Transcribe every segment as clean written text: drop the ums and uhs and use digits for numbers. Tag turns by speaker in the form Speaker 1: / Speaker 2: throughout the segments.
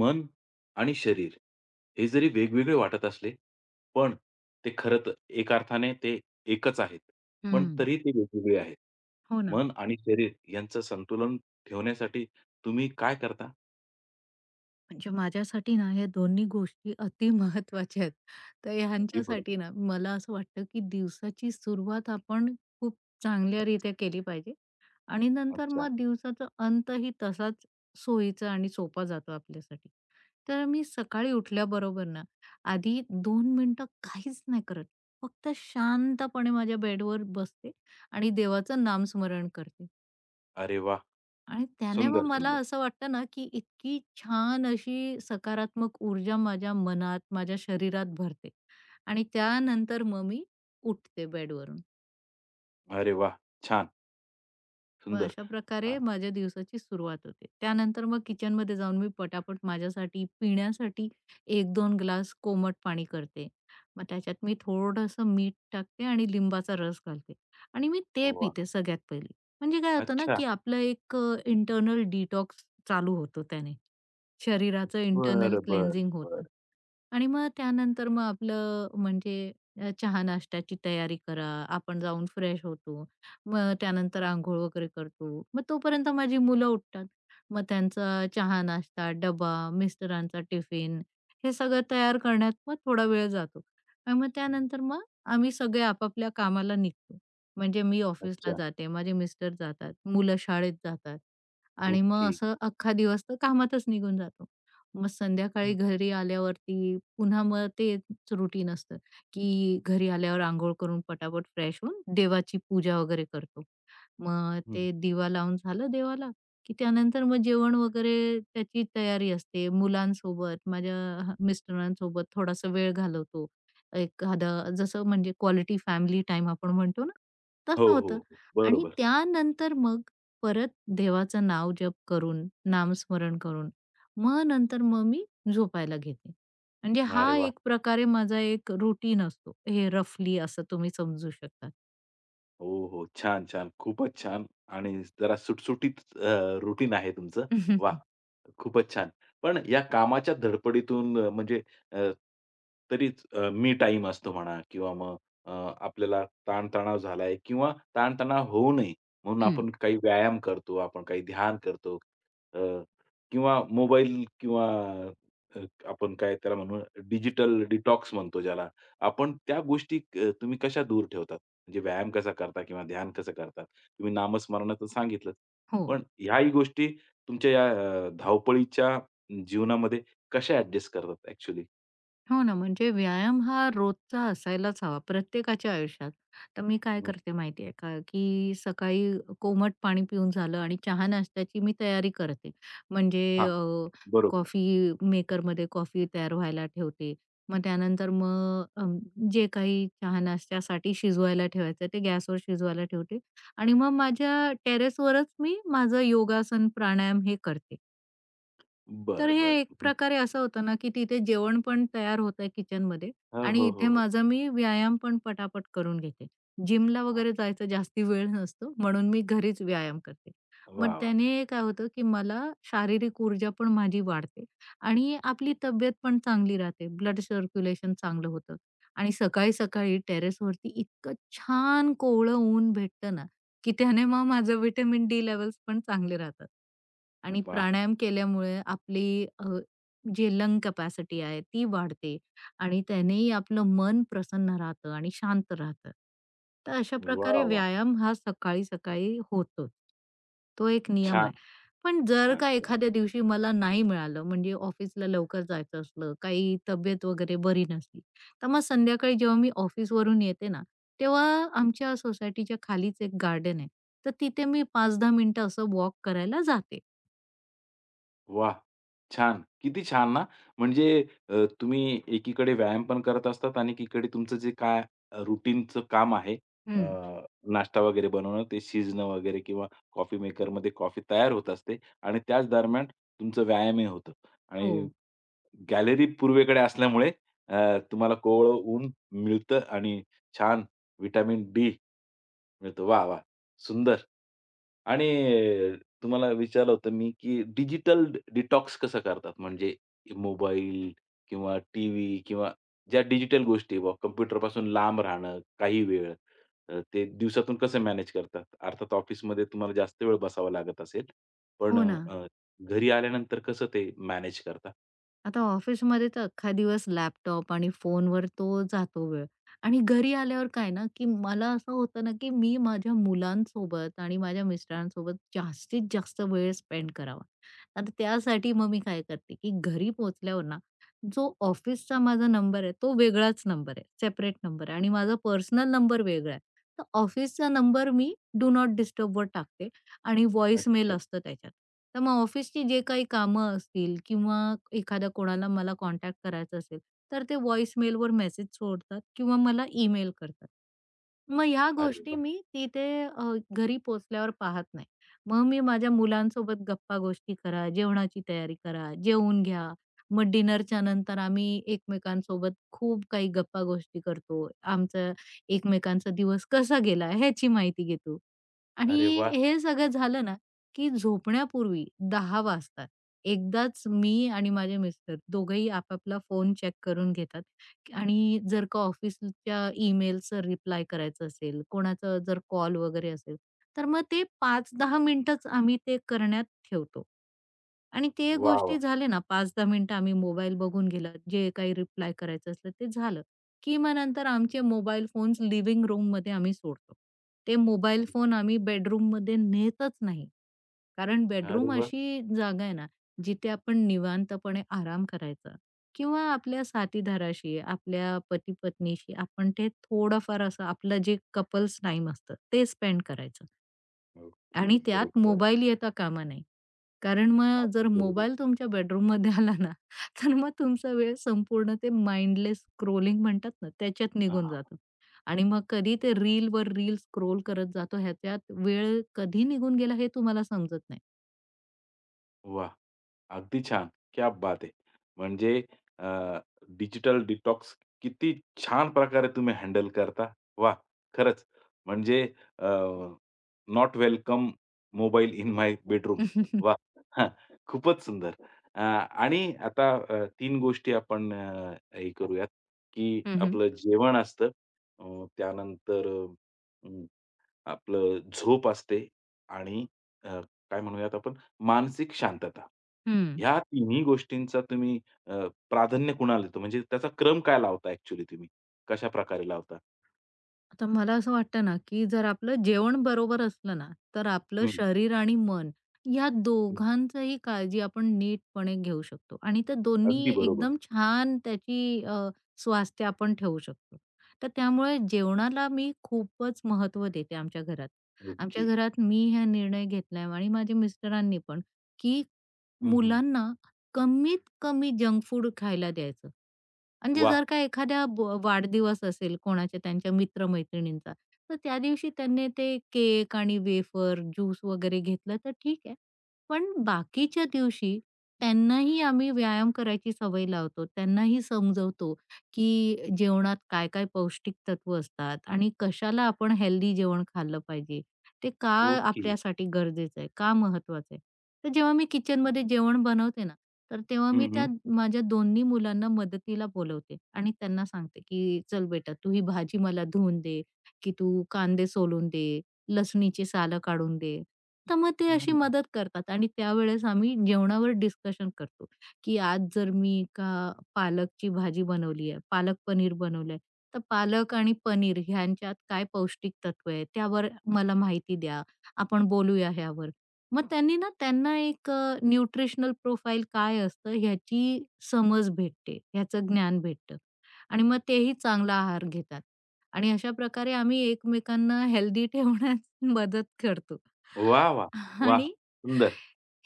Speaker 1: मन आणि शरीर हे जरी वेगवेगळे वाटत असले, पण ते खरं तर एका अर्थाने ते एकच आहेत. पण
Speaker 2: हं.
Speaker 1: तरी ते वेगवेगळे आहेत.
Speaker 2: हो ना.
Speaker 1: मन आणि शरीर यांचं संतुलन ठेवण्यासाठी तुम्ही काय करता?
Speaker 2: म्हणजे माझ्यासाठी ना ह्या दोन्ही गोष्टी अति महत्त्वाच्या आहेत. तर
Speaker 1: अगदी बरोबर.
Speaker 2: ह्यांच्यासाठी ना मला असं वाटतं, की दिवसाची सुरुवात आपण खूप चांगल्यारीत्या केली पाहिजे आणि नंतर
Speaker 1: अच्छा.
Speaker 2: मग दिवसाचा अंतही तसाच सोयीचा आणि सोपा जातो आपल्यासाठी. तर मी सकाळी उठल्याबरोबर ना आधी 2 मिनिटं काहीच नाही करत. फक्त शांतपणे माझ्या बेडवर बसते आणि देवाचं नामस्मरण करते.
Speaker 1: अरे वाह!
Speaker 2: आणि त्याने मग
Speaker 1: सुंदर,
Speaker 2: मला
Speaker 1: सुंदर.
Speaker 2: असं वाटतं ना, की इतकी छान अशी सकारात्मक ऊर्जा माझ्या मनात, माझ्या शरीरात भरते आणि त्यानंतर मग मी उठते बेडवरून.
Speaker 1: अरे वाह! छान,
Speaker 2: मग
Speaker 1: सुंदर.
Speaker 2: अशा
Speaker 1: अ,
Speaker 2: प्रकारे माझ्या दिवसाची सुरुवात होते. त्यानंतर मग किचनमध्ये जाऊन मी पटापट माझ्यासाठी पिण्यासाठी एक दोन ग्लास कोमट पाणी करते. मग त्याच्यात मी थोडंसं मीठ टाकते आणि लिंबाचा रस घालते आणि मी ते
Speaker 1: वाह!
Speaker 2: पिते सगळ्यात पहिले. म्हणजे काय होतं ना,
Speaker 1: अच्छा.
Speaker 2: की आपलं एक इंटरनल डिटॉक्स चालू होतो त्याने. शरीराचं इंटरनल
Speaker 1: बरं, बरं,
Speaker 2: क्लेन्झिंग
Speaker 1: बरं.
Speaker 2: होतं. आणि मग त्यानंतर मग आपलं म्हणजे चहा-नाश्त्याची तयारी करा, आपण जाऊन फ्रेश होतो. मग त्यानंतर अंघोळ वगैरे करतो. मग तोपर्यंत माझी मुलं उठतात. मग त्यांचा चहा-नाश्ता, डबा, मिस्टरांचा टिफिन हे सगळं तयार करण्यात मग थोडा वेळ जातो. आणि मग त्यानंतर मग आम्ही सगळे आपापल्या कामाला निघतो. म्हणजे मी ऑफिसला
Speaker 1: अच्छा.
Speaker 2: जाते, माझे मिस्टर जातात, मुलं शाळेत जातात आणि मग
Speaker 1: ओके.
Speaker 2: असं अख्खा दिवस तर कामातच निघून जातो. मग संध्याकाळी घरी आल्यावरती पुन्हा मग तेच रुटीन असतं, की घरी आल्यावर अंघोळ करून पटापट फ्रेश होऊन देवाची पूजा वगैरे करतो. मग
Speaker 1: हं.
Speaker 2: ते दिवा लावून झालं देवाला, की त्यानंतर मग जेवण वगैरे त्याची तयारी असते. मुलांसोबत, माझ्या मिस्टरांसोबत थोडासा वेळ घालवतो. एखादा जसं म्हणजे क्वालिटी फॅमिली टाईम आपण म्हणतो ना,
Speaker 1: हो,
Speaker 2: तसं
Speaker 1: हो,
Speaker 2: होतं.
Speaker 1: हो.
Speaker 2: आणि
Speaker 1: बरोबर.
Speaker 2: त्यानंतर मग परत देवाचं नाव जप करून, नामस्मरण करून, मग नंतर मग मी झोपायला घेते. म्हणजे
Speaker 1: अरे
Speaker 2: हा
Speaker 1: वाह!
Speaker 2: एक प्रकारे माझा एक रुटीन असतो. हे रफली असं तुम्ही समजू शकता.
Speaker 1: हो, हो. छान, छान. खूपच छान आणि जरा सुटसुटीत रुटीन आहे तुमचं. वाह! खूपच छान. पण या कामाच्या धडपडीतून म्हणजे अ, तरीच मी टाईम असतो म्हणा किंवा मग अ, आपल्याला ताणतणाव झालाय किंवा ताणतणाव होऊ नये म्हणून
Speaker 2: हं.
Speaker 1: आपण काही व्यायाम करतो, आपण काही ध्यान करतो अ, किंवा मोबाईल किंवा अ, आपण काय त्याला म्हणू डिजिटल डिटॉक्स म्हणतो ज्याला. आपण त्या गोष्टी तुम्ही कशा दूर ठेवतात? म्हणजे व्यायाम कसा करता किंवा ध्यान कसं करतात. तुम्ही नामस्मरणाचं सांगितलंच.
Speaker 2: हो.
Speaker 1: पण ह्याही गोष्टी तुमच्या या धावपळीच्या जीवनामध्ये कशा ॲडजस्ट करतात ॲक्चुअली?
Speaker 2: हो ना, म्हणजे व्यायाम हा रोजचा असायलाच हवा प्रत्येकाच्या आयुष्यात. तर मी काय
Speaker 1: हं.
Speaker 2: करते माहिती आहे का, की सकाळी कोमट पाणी पिऊन झालं आणि चहा नाश्त्याची मी तयारी करते. म्हणजे
Speaker 1: हां, बरोबर.
Speaker 2: कॉफी मेकरमध्ये कॉफी तयार व्हायला ठेवते. मग त्यानंतर मग जे काही चहा नाश्त्यासाठी शिजवायला ठेवायचं ते गॅसवर शिजवायला ठेवते आणि मग माझ्या टेरेसवरच मी माझं योगासन, प्राणायाम हे करते. तर
Speaker 1: बरं,
Speaker 2: हे
Speaker 1: बरं.
Speaker 2: एक
Speaker 1: हं.
Speaker 2: प्रकारे असं होतं ना, की तिथे जेवण पण तयार होतंय किचनमध्ये
Speaker 1: हो,
Speaker 2: आणि
Speaker 1: हो, हो,
Speaker 2: इथे
Speaker 1: हो.
Speaker 2: माझा मी व्यायाम पण पटापट करून घेते. जिमला
Speaker 1: हां.
Speaker 2: वगैरे जायचा जास्ती वेळ नसतो म्हणून मी घरीच व्यायाम करते.
Speaker 1: वाह,
Speaker 2: मग
Speaker 1: वाह!
Speaker 2: त्याने काय होतं, की मला शारीरिक ऊर्जा पण माझी वाढते आणि आपली तब्येत पण चांगली राहते. ब्लड सर्क्युलेशन चांगलं होतं आणि सकाळी-सकाळी टेरेसवरती इतकं छान कोवळं ऊन भेटतं ना की त्याने मग माझं व्हिटॅमिन डी लेव्हल्स पण चांगले राहतात. आणि
Speaker 1: वाह!
Speaker 2: प्राणायाम केल्यामुळे आपली जी लंग कॅपॅसिटी आहे ती वाढते आणि त्यानेही आपलं मन प्रसन्न राहतं आणि शांत राहतं. तर अशा प्रकारे
Speaker 1: वाह,
Speaker 2: व्यायाम हा सकाळी-सकाळी होतो तो एक नियम
Speaker 1: छान,
Speaker 2: आहे. पण जर
Speaker 1: छान,
Speaker 2: का
Speaker 1: छान.
Speaker 2: एखाद्या दिवशी मला नाही मिळालं म्हणजे ऑफिसला लवकर जायचं असलं, काही तब्येत वगैरे बरी नसली, तर मग संध्याकाळी जेव्हा मी ऑफिसवरून येते ना, तेव्हा आमच्या सोसायटीच्या खालीच एक गार्डन आहे. तर तिथे मी 5-10 मिनिटं असं वॉक करायला जाते.
Speaker 1: वाह! छान. किती छान ना. म्हणजे तुम्ही एकीकडे व्यायाम पण करत असतात आणि एकीकडे तुमचं जे काय रूटीनचं काम आहे, अ,
Speaker 2: हं.
Speaker 1: नाश्ता वगैरे बनवणं, ते शिजणं वगैरे किंवा कॉफी मेकरमध्ये कॉफी तयार होत असते आणि त्याच दरम्यान तुमचं व्यायामही होतं
Speaker 2: हो.
Speaker 1: आणि गॅलरी पूर्वेकडे असल्यामुळे तुम्हाला कोवळं ऊन मिळतं आणि छान व्हिटॅमिन डी मिळतो. वाह! वाह! सुंदर. आणि तुम्हाला विचारलं होतं मी, की डिजिटल डिटॉक्स कसं करतात? म्हणजे मोबाईल किंवा टीव्ही किंवा ज्या डिजिटल गोष्टी बुवा कॉम्प्युटरपासून लांब राहणं काही वेळ, ते दिवसातून कसं मॅनेज करतात? अर्थात ऑफिसमध्ये तुम्हाला जास्त वेळ बसावा लागत असेल, पण
Speaker 2: हो ना.
Speaker 1: घरी आल्यानंतर कसं ते मॅनेज करता?
Speaker 2: आता ऑफिसमध्ये तर अख्खा दिवस लॅपटॉप आणि फोनवर तो जातो वेळ. आणि घरी आल्यावर काय ना, की मला असं होतं ना, की मी माझ्या मुलांसोबत आणि माझ्या मिस्टरांसोबत जास्तीत जास्त वेळ स्पेंड करावा. आता त्यासाठी मग मी काय करते, की घरी पोहोचल्यावर ना, जो ऑफिसचा माझा नंबर आहे, तो वेगळाच नंबर आहे, सेपरेट नंबर आहे आणि माझा पर्सनल नंबर वेगळा आहे. तर ऑफिसचा नंबर मी डू नॉट डिस्टर्बवर टाकते आणि व्हॉईसमेल
Speaker 1: अच्छा.
Speaker 2: असतं त्याच्यात. तर मग ऑफिसची जे काही कामं असतील किंवा एखादा कोणाला मला कॉन्टॅक्ट करायचा असेल, तर ते व्हॉईसमेलवर मेसेज सोडतात किंवा मला ईमेल करतात. मग ह्या
Speaker 1: अरे
Speaker 2: गोष्टी
Speaker 1: वाह!
Speaker 2: मी तिथे घरी पोहोचल्यावर पाहत नाही. मग मी माझ्या मुलांसोबत गप्पा-गोष्टी करा, जेवणाची तयारी करा, जेवून घ्या. मग डिनरच्या नंतर आम्ही एकमेकांसोबत खूप काही गप्पा-गोष्टी करतो. आमचा एकमेकांचा दिवस कसा गेला ह्याची माहिती घेतो. आणि
Speaker 1: अरे वाह!
Speaker 2: हे सगळं झालं ना, की झोपण्यापूर्वी 10 वाजतात. एकदाच मी आणि माझे मिस्टर दोघंही आपापला फोन चेक करून घेतात आणि जर का ऑफिसच्या ईमेलचं रिप्लाय करायचं असेल, कोणाचा जर कॉल वगैरे असेल, तर मग ते 5-10 मिनिटंच आम्ही ते करण्यात ठेवतो. आणि ते
Speaker 1: वाह, वाह!
Speaker 2: गोष्टी झाले ना 5-10 मिनिटं आम्ही मोबाईल बघून गेला, जे काही रिप्लाय करायचं असलं ते झालं. की मग नंतर आमचे मोबाईल फोन्स लिव्हिंग रूममध्ये आम्ही सोडतो. ते मोबाईल फोन आम्ही बेडरूममध्ये नेतच नाही. कारण
Speaker 1: अरे
Speaker 2: बेडरूम
Speaker 1: वाह!
Speaker 2: अशी जागा आहे ना, जिथे आपण निवांतपणे आराम करायचा किंवा आपल्या साथीदाराशी, आपल्या पती-पत्नीशी आपण ते थोडंफार असं आपलं जे कपल्स टाईम असतं ते स्पेंड करायचं.
Speaker 1: ओके.
Speaker 2: आणि त्यात
Speaker 1: बरोबर.
Speaker 2: मोबाईल येता कामा नये. कारण मग जर
Speaker 1: अगदी बरोबर.
Speaker 2: मोबाईल तुमच्या बेडरूममध्ये आला ना, तर मग तुमचा वेळ संपूर्ण ते माइंडलेस स्क्रोलिंग म्हणतात ना, त्याच्यात निघून
Speaker 1: हां,
Speaker 2: जातो. आणि मग कधी ते रील रीलवर रील स्क्रोल करत जातो, ह्याच्यात वेळ कधी निघून गेला हे तुम्हाला समजत नाही.
Speaker 1: वाह! अगदी छान. क्या बात है! म्हणजे अ, डिजिटल डिटॉक्स किती छान प्रकारे तुम्ही हँडल करता. वा खरंच म्हणजे अ, not welcome mobile in my bedroom. वा हां, खूपच सुंदर. आणि आता 3 गोष्टी आपण हे करूयात, की
Speaker 2: हं, हं.
Speaker 1: आपलं जेवण असतं. त्यानंतर आपलं झोप असते आणि अ, काय म्हणूयात आपण मानसिक शांतता. ह्या तिन्ही गोष्टींचा तुम्ही प्राधान्य कुणाला देतो? म्हणजे त्याचा क्रम काय लावता ॲक्चुअली तुम्ही? कशाप्रकारे लावता?
Speaker 2: आता मला असं वाटतं ना, की जर आपलं जेवण बरोबर असलं ना, तर आपलं
Speaker 1: हं,
Speaker 2: शरीर आणि मन या
Speaker 1: हं.
Speaker 2: दोघांचंही काळजी आपण नीटपणे घेऊ शकतो आणि ते
Speaker 1: अगदी
Speaker 2: दोन्ही
Speaker 1: बरोबर.
Speaker 2: एकदम छान त्याची स्वास्थ्य आपण ठेवू शकतो. तर त्यामुळे जेवणाला मी खूपच महत्त्व देते आमच्या घरात.
Speaker 1: ओके.
Speaker 2: आमच्या घरात मी हा निर्णय घेतलाय आणि माझ्या मिस्टरांनी पण, की
Speaker 1: हं, हं.
Speaker 2: मुलांना कमीत कमी जंक फूड खायला द्यायचं. म्हणजे
Speaker 1: वाह!
Speaker 2: जर का एखाद्या वाढदिवस असेल कोणाच्या त्यांच्या मित्र-मैत्रिणींचा, तर त्या दिवशी त्यांनी ते केक आणि वेफर, ज्यूस वगैरे घेतलं तर ठीक आहे. पण बाकीच्या दिवशी त्यांनाही आम्ही व्यायाम करायची सवय लावतो. त्यांनाही समजवतो, की जेवणात काय-काय पौष्टिक तत्व असतात आणि कशाला आपण हेल्दी जेवण खाल्लं पाहिजे. ते का
Speaker 1: ओके.
Speaker 2: आपल्यासाठी गरजेचं आहे, का महत्वाचं आहे. तर जेव्हा मी किचनमध्ये जेवण बनवते ना तर तेव्हा
Speaker 1: हं,
Speaker 2: मी
Speaker 1: हं.
Speaker 2: त्या माझ्या दोन्ही मुलांना मदतीला बोलवते आणि त्यांना सांगते, की "चल बेटा, तू ही भाजी मला धुवून दे, की तू कांदे सोलून दे, लसणीची सालं काढून दे." तर मग ते अशी
Speaker 1: हां.
Speaker 2: मदत करतात आणि त्यावेळेस आम्ही जेवणावर डिस्कशन करतो, की आज जर मी का पालकची भाजी बनवली आहे, पालक पनीर बनवलंय, तर पालक आणि पनीर ह्यांच्यात काय पौष्टिक तत्व आहे, त्यावर मला माहिती द्या. आपण बोलूया ह्यावर. मग त्यांनी ना त्यांना एक न्यूट्रिशनल प्रोफाइल काय असतं ह्याची समज भेटते, ह्याचं ज्ञान भेटतं आणि मग तेही चांगला आहार घेतात आणि अशा प्रकारे आम्ही एकमेकांना हेल्दी ठेवण्यास मदत करतो.
Speaker 1: वाह, वाह! वाह!
Speaker 2: आणि
Speaker 1: सुंदर.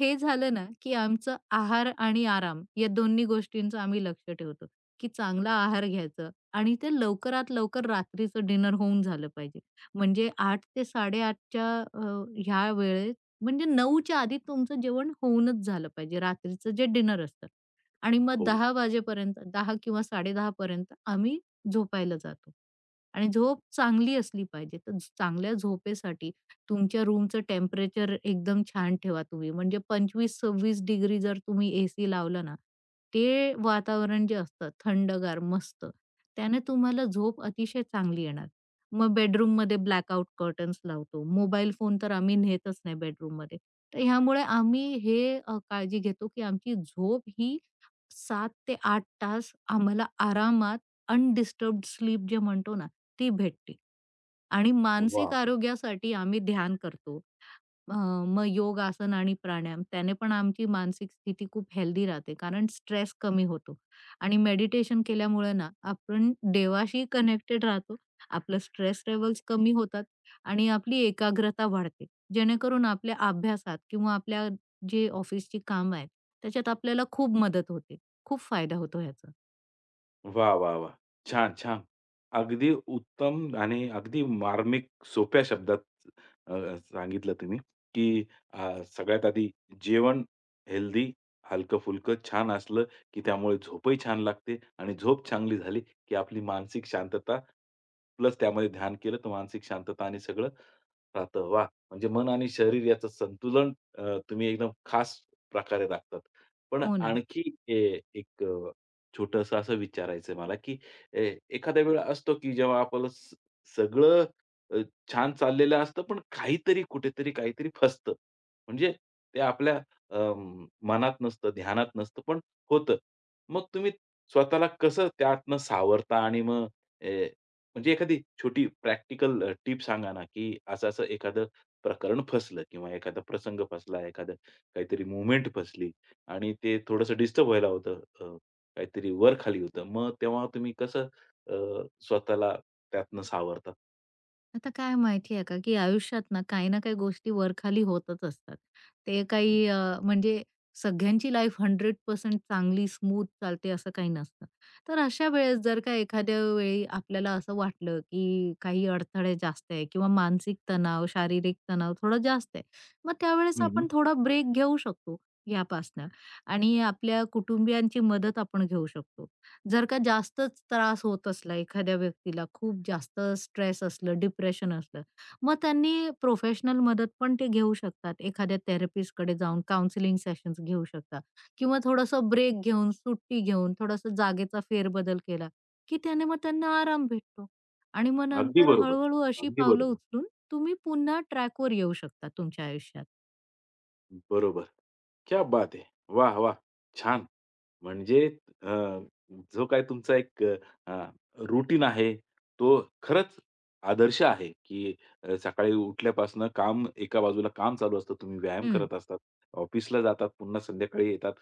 Speaker 2: हे झालं ना, की आमचं आहार आणि आराम या दोन्ही गोष्टींचं आम्ही लक्ष ठेवतो, की चांगला आहार घ्यायचं आणि ते लवकरात लवकर रात्रीचं डिनर होऊन झालं पाहिजे. म्हणजे 8 ते 8:30च्या ह्या वेळेत म्हणजे 9च्या आधी तुमचं जेवण होऊनच झालं पाहिजे, रात्रीचं जे डिनर असतं आणि मग
Speaker 1: हो.
Speaker 2: 10 वाजेपर्यंत 10 किंवा 10:30 पर्यंत आम्ही झोपायला जातो आणि झोप चांगली असली पाहिजे. तर चांगल्या झोपेसाठी तुमच्या रूमचं टेम्परेचर एकदम छान ठेवा तुम्ही. म्हणजे 25-26 डिग्री जर तुम्ही एसी लावला ना, ते वातावरण जे असतं थंडगार, मस्त, त्याने तुम्हाला झोप अतिशय चांगली येणार. मग बेडरूममध्ये ब्लॅकआउट कर्टन्स लावतो. मोबाईल फोन तर आम्ही नेतच नाही बेडरूममध्ये. तर ह्यामुळे आम्ही हे काळजी घेतो, की आमची झोप ही 7 ते 8 तास आम्हाला आरामात अनडिस्टर्ब्ड स्लीप जे म्हणतो ना, ती भेटते. आणि मानसिक
Speaker 1: वाह!
Speaker 2: आरोग्यासाठी आम्ही ध्यान करतो. अ, मग योग, आसन आणि प्राणायाम त्याने पण आमची मानसिक स्थिती खूप हेल्दी राहते कारण स्ट्रेस कमी होतो आणि मेडिटेशन केल्यामुळे ना आपण देवाशी कनेक्टेड राहतो. आपलं स्ट्रेस लेव्हल्स कमी होतात आणि आपली एकाग्रता वाढते. जेणेकरून आपल्या अभ्यासात किंवा आपल्या जे ऑफिसची कामं आहेत त्याच्यात आपल्याला खूप मदत होते. खूप फायदा होतो ह्याचा.
Speaker 1: वाह, वाह, वाह! छान, छान. अगदी उत्तम आणि अगदी मार्मिक सोप्या शब्दात सांगितलं तुम्ही, की सगळ्यात आधी जेवण हेल्दी, हलकं-फुलकं, छान असलं, की त्यामुळे झोपही छान लागते आणि झोप चांगली झाली, की आपली मानसिक शांतता प्लस त्यामध्ये ध्यान केलं, तर मानसिक शांतता आणि सगळं राहतं. वाह! म्हणजे मन आणि शरीर याचं संतुलन तुम्ही एकदम खास प्रकारे राखतात. पण
Speaker 2: हो ना.
Speaker 1: आणखी एक छोटंसं असं विचारायचंय मला, की एखाद्या वेळा असतो, की जेव्हा आपलं सगळं अ, छान चाललेलं असतं, पण काहीतरी कुठेतरी काहीतरी फसतं. म्हणजे ते आपल्या मनात नसतं, ध्यानात नसतं, पण होतं. मग तुम्ही स्वतःला कसं त्यातनं सावरता आणि मग ए म्हणजे एखादी छोटी प्रॅक्टिकल सांगा ना, की असं-असं एखादं प्रकरण फसलं किंवा एखादा प्रसंग फसला, एखादं काहीतरी मूव्हमेंट फसली आणि ते थोडंसं डिस्टर्ब व्हायला होतं काहीतरी वर-खाली होतं. मग तेव्हा तुम्ही कसं अ, स्वतःला त्यातनं सावरतात?
Speaker 2: आता काय माहिती आहे का, की आयुष्यात ना काही ना काही गोष्टी वरखाली होतच असतात. ते काही म्हणजे सगळ्यांची लाईफ 100% चांगली स्मूथ चालते असं काही नसतं. तर अशा वेळेस जर का एखाद्या वेळी आपल्याला असं वाटलं, की काही अडथळे जास्त आहे किंवा मानसिक तणाव, शारीरिक तणाव थोडा जास्त आहे. मग त्यावेळेस
Speaker 1: हं, हं.
Speaker 2: आपण थोडा ब्रेक घेऊ शकतो यापासनं आणि आपल्या कुटुंबियांची मदत आपण घेऊ शकतो. जर का जास्तच त्रास होत असला एखाद्या व्यक्तीला, खूप जास्त स्ट्रेस असलं, डिप्रेशन असलं, मग त्यांनी प्रोफेशनल मदत पण ते घेऊ शकतात. एखाद्या थेरपिस्टकडे जाऊन काउंसलिंग सेशन्स घेऊ शकतात किंवा थोडंसं ब्रेक घेऊन, सुट्टी घेऊन, थोडासा जागेचा फेरबदल केला, की त्याने मग त्यांना आराम भेटतो. आणि मग
Speaker 1: अगदी
Speaker 2: नंतर
Speaker 1: बरोबर.
Speaker 2: हळू अशी
Speaker 1: अगदी
Speaker 2: पावलं
Speaker 1: बरोबर.
Speaker 2: उचलून तुम्ही पुन्हा ट्रॅकवर येऊ शकता तुमच्या आयुष्यात.
Speaker 1: बरोबर. क्या बात है! वाह, वाह! छान. म्हणजे अ, जो काय तुमचा एक अ, रूटीन आहे, तो खरंच आदर्श आहे, की सकाळी उठल्यापासून काम एका बाजूला काम चालू असतं, तुम्ही व्यायाम
Speaker 2: हं.
Speaker 1: करत असतात, ऑफिसला जातात, पुन्हा संध्याकाळी येतात,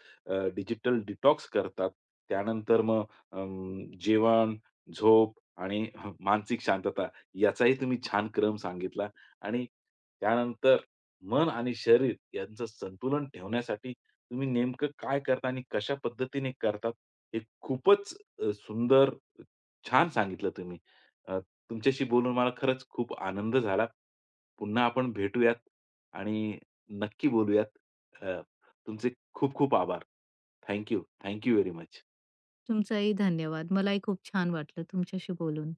Speaker 1: डिजिटल डिटॉक्स करतात. त्यानंतर मग अं, जेवण, झोप आणि मानसिक शांतता याचाही तुम्ही छान क्रम सांगितला आणि त्यानंतर मन आणि शरीर यांचं संतुलन ठेवण्यासाठी तुम्ही नेमकं काय करता आणि कशा पद्धतीने करतात, हे खूपच सुंदर, छान सांगितलं तुम्ही. अ, तुमच्याशी बोलून मला खरंच खूप आनंद झाला. पुन्हा आपण भेटूयात आणि नक्की बोलूयात. अ, तुमचे खूप खूप आभार. Thank you. Very much.
Speaker 2: तुमचाही धन्यवाद. मलाही खूप छान वाटलं तुमच्याशी बोलून.